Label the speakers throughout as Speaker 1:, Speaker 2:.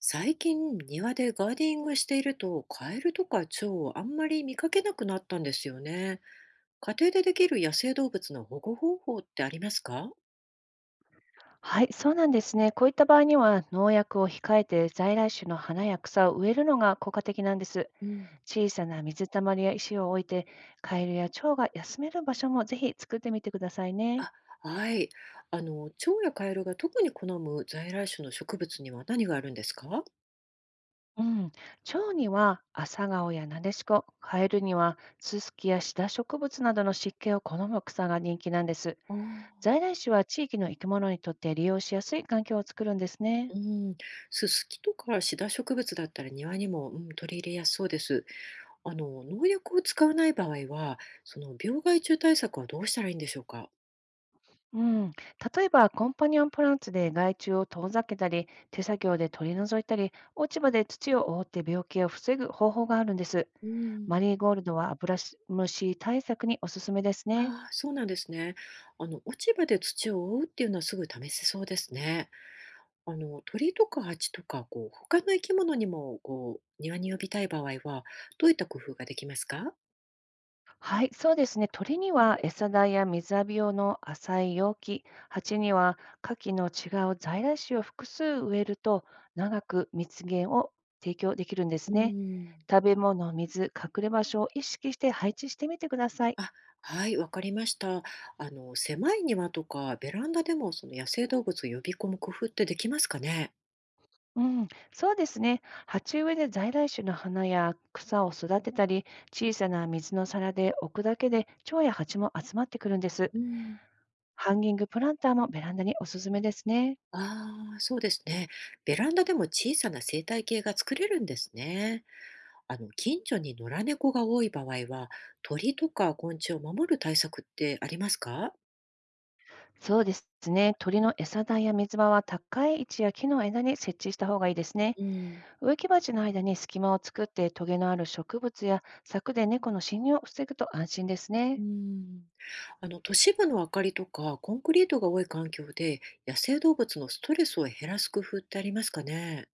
Speaker 1: 最近庭でガーデニングしているとカエルとか蝶をあんまり見かけなくなったんですよね。家庭でできる野生動物の保護方法ってありますか？
Speaker 2: はい、そうなんですね。こういった場合には、農薬を控えて在来種の花や草を植えるのが効果的なんです。
Speaker 1: うん、
Speaker 2: 小さな水たまりや石を置いて、カエルや蝶が休める場所もぜひ作ってみてくださいね。
Speaker 1: はい。蝶やカエルが特に好む在来種の植物には何があるんですか？
Speaker 2: うん、蝶には朝顔やなでしこ、カエルにはススキやシダ植物などの湿気を好む草が人気なんです。
Speaker 1: ああ、
Speaker 2: 在来種は地域の生き物にとって利用しやすい環境を作るんですね。
Speaker 1: うん、ススキとかシダ植物だったら庭にも、うん、取り入れやすそうです。農薬を使わない場合は、その病害虫対策はどうしたらいいんでしょうか？
Speaker 2: うん、例えばコンパニオンプランツで害虫を遠ざけたり、手作業で取り除いたり、落ち葉で土を覆って病気を防ぐ方法があるんです。
Speaker 1: うん。
Speaker 2: マリーゴールドはアブラシ虫対策におすすめですね。
Speaker 1: ああ、そうなんですね。落ち葉で土を覆うっていうのはすぐ試せそうですね。鳥とか蜂とか、他の生き物にも、庭に呼びたい場合は、どういった工夫ができますか？
Speaker 2: はい、そうですね。鳥には餌代や水浴び用の浅い容器、蜂には牡蠣の違う在来種を複数植えると長く蜜源を提供できるんで
Speaker 1: う
Speaker 2: すね。
Speaker 1: ん。
Speaker 2: 食べ物、水、隠れ場所を意識して配置してみてください。
Speaker 1: あ、はい、わかりました。狭い庭とか、ベランダでも、その野生動物を呼び込む工夫ってできますかね？
Speaker 2: うん、そうですね。鉢植えで在来種の花や草を育てたり、小さな水の皿で置くだけで蝶や蜂も集まってくるんです。
Speaker 1: うん。
Speaker 2: ハンギングプランターもベランダにおすすめですね。
Speaker 1: ああ、そうですね。ベランダでも小さな生態系が作れるんですね。近所に野良猫が多い場合は、鳥とか昆虫を守る対策ってありますか？
Speaker 2: そうですね。鳥の餌台や水場は高い位置や木の枝に設置した方がいいですね。
Speaker 1: うん。
Speaker 2: 植木鉢の間に隙間を作ってトゲのある植物や柵で猫の侵入を防ぐと安心です
Speaker 1: う
Speaker 2: ね。
Speaker 1: ん、都市部の明かりとかコンクリートが多い環境で、野生動物のストレスを減らす工夫ってありますかね？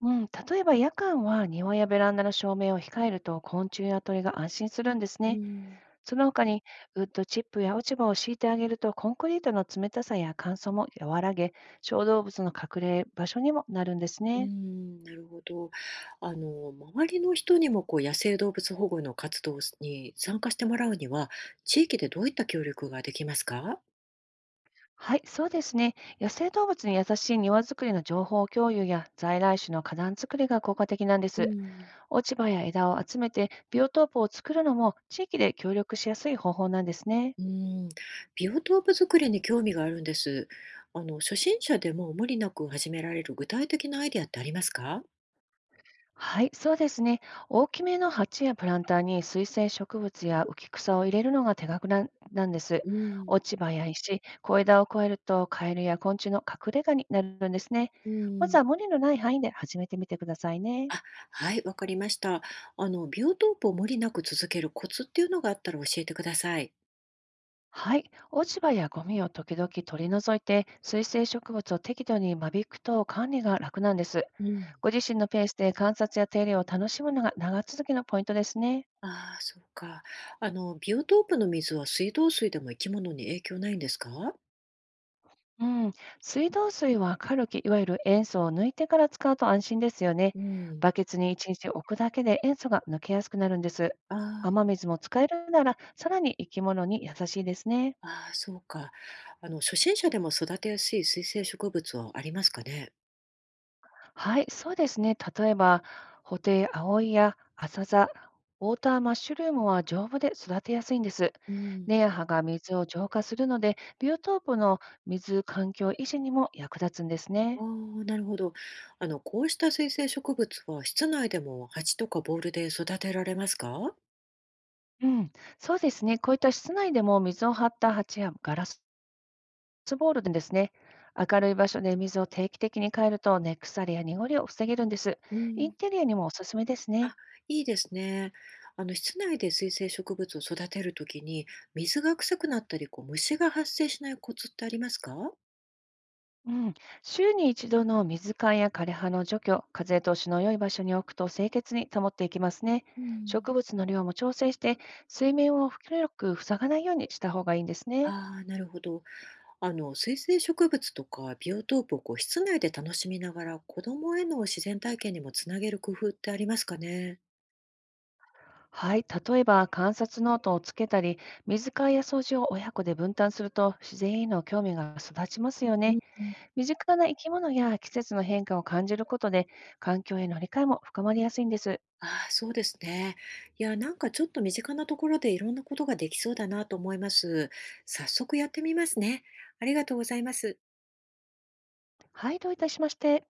Speaker 2: うん、例えば夜間は庭やベランダの照明を控えると昆虫や鳥が安心するんです
Speaker 1: う
Speaker 2: ね。
Speaker 1: ん、
Speaker 2: その他に、ウッドチップや落ち葉を敷いてあげると、コンクリートの冷たさや乾燥も和らげ、小動物の隠れ場所にもなるんです
Speaker 1: う
Speaker 2: ね。
Speaker 1: ん、なるほど。周りの人にも野生動物保護の活動に参加してもらうには、地域でどういった協力ができますか？
Speaker 2: はい、そうですね。野生動物に優しい庭作りの情報共有や在来種の花壇作りが効果的なんで
Speaker 1: う
Speaker 2: す。
Speaker 1: ん
Speaker 2: 落ち葉や枝を集めてビオトープを作るのも地域で協力しやすい方法なんですね。
Speaker 1: うん、ビオトープ作りに興味があるんです。初心者でも無理なく始められる具体的なアイディアってありますか？
Speaker 2: はい、そうですね。大きめの鉢やプランターに水生植物や浮き草を入れるのが手がくななんです。
Speaker 1: うん、
Speaker 2: 落ち葉や石、小枝を越えるとカエルや昆虫の隠れ家になるんですね。
Speaker 1: う
Speaker 2: まず
Speaker 1: ん、
Speaker 2: は無理のない範囲で始めてみてくださいね。
Speaker 1: あ、はい、わかりました。ビオトープを無理なく続けるコツっていうのがあったら教えてください。
Speaker 2: はい、落ち葉やゴミを時々取り除いて、水生植物を適度に間引くと管理が楽なんです。
Speaker 1: うん。
Speaker 2: ご自身のペースで観察や手入れを楽しむのが長続きのポイントですね。
Speaker 1: ああ、そうか。ビオトープの水は水道水でも生き物に影響ないんですか？
Speaker 2: うん、水道水はカルキ、いわゆる塩素を抜いてから使うと安心ですよね。
Speaker 1: うん、
Speaker 2: バケツに1日置くだけで塩素が抜けやすくなるんです。
Speaker 1: ああ、
Speaker 2: 雨水も使えるなら、さらに生き物に優しいですね。
Speaker 1: ああ、そうか。初心者でも育てやすい水生植物はありますかね？
Speaker 2: はい、そうですね。例えば、ホテイアオイやアサザ、ウォーターマッシュルームは丈夫で育てやすいんです。
Speaker 1: うん、
Speaker 2: 根や葉が水を浄化するので、ビオトープの水環境維持にも役立つんです
Speaker 1: あ
Speaker 2: ね。
Speaker 1: あ、なるほど。こうした水生植物は室内でも鉢とかボールで育てられますか？
Speaker 2: うん、そうですね。こういった室内でも水を張った鉢やガラスボールでですね、明るい場所で水を定期的に変えると、根腐れや濁りを防げるんです。
Speaker 1: う
Speaker 2: イ
Speaker 1: ん、
Speaker 2: ンテリアにもおすすめです
Speaker 1: あ、
Speaker 2: ね。
Speaker 1: いいですね。室内で水生植物を育てるときに、水が臭くなったり、虫が発生しないコツってありますか？
Speaker 2: うん、週に一度の水換えや枯れ葉の除去、風通しの良い場所に置くと清潔に保っていきますね。
Speaker 1: うん、
Speaker 2: 植物の量も調整して、水面を広く塞がないようにした方がいいんですね。
Speaker 1: ああ、なるほど。水生植物とかビオトープを室内で楽しみながら、子供への自然体験にもつなげる工夫ってありますかね。
Speaker 2: はい、例えば観察ノートをつけたり、水替えや掃除を親子で分担すると自然への興味が育ちますよ
Speaker 1: う
Speaker 2: ね。
Speaker 1: ん、
Speaker 2: 身近な生き物や季節の変化を感じることで、環境への理解も深まりやすいんです。
Speaker 1: ああ、そうですね。いや、なんかちょっと身近なところでいろんなことができそうだなと思います。早速やってみますね。ありがとうございます。
Speaker 2: はい、どういたしまして。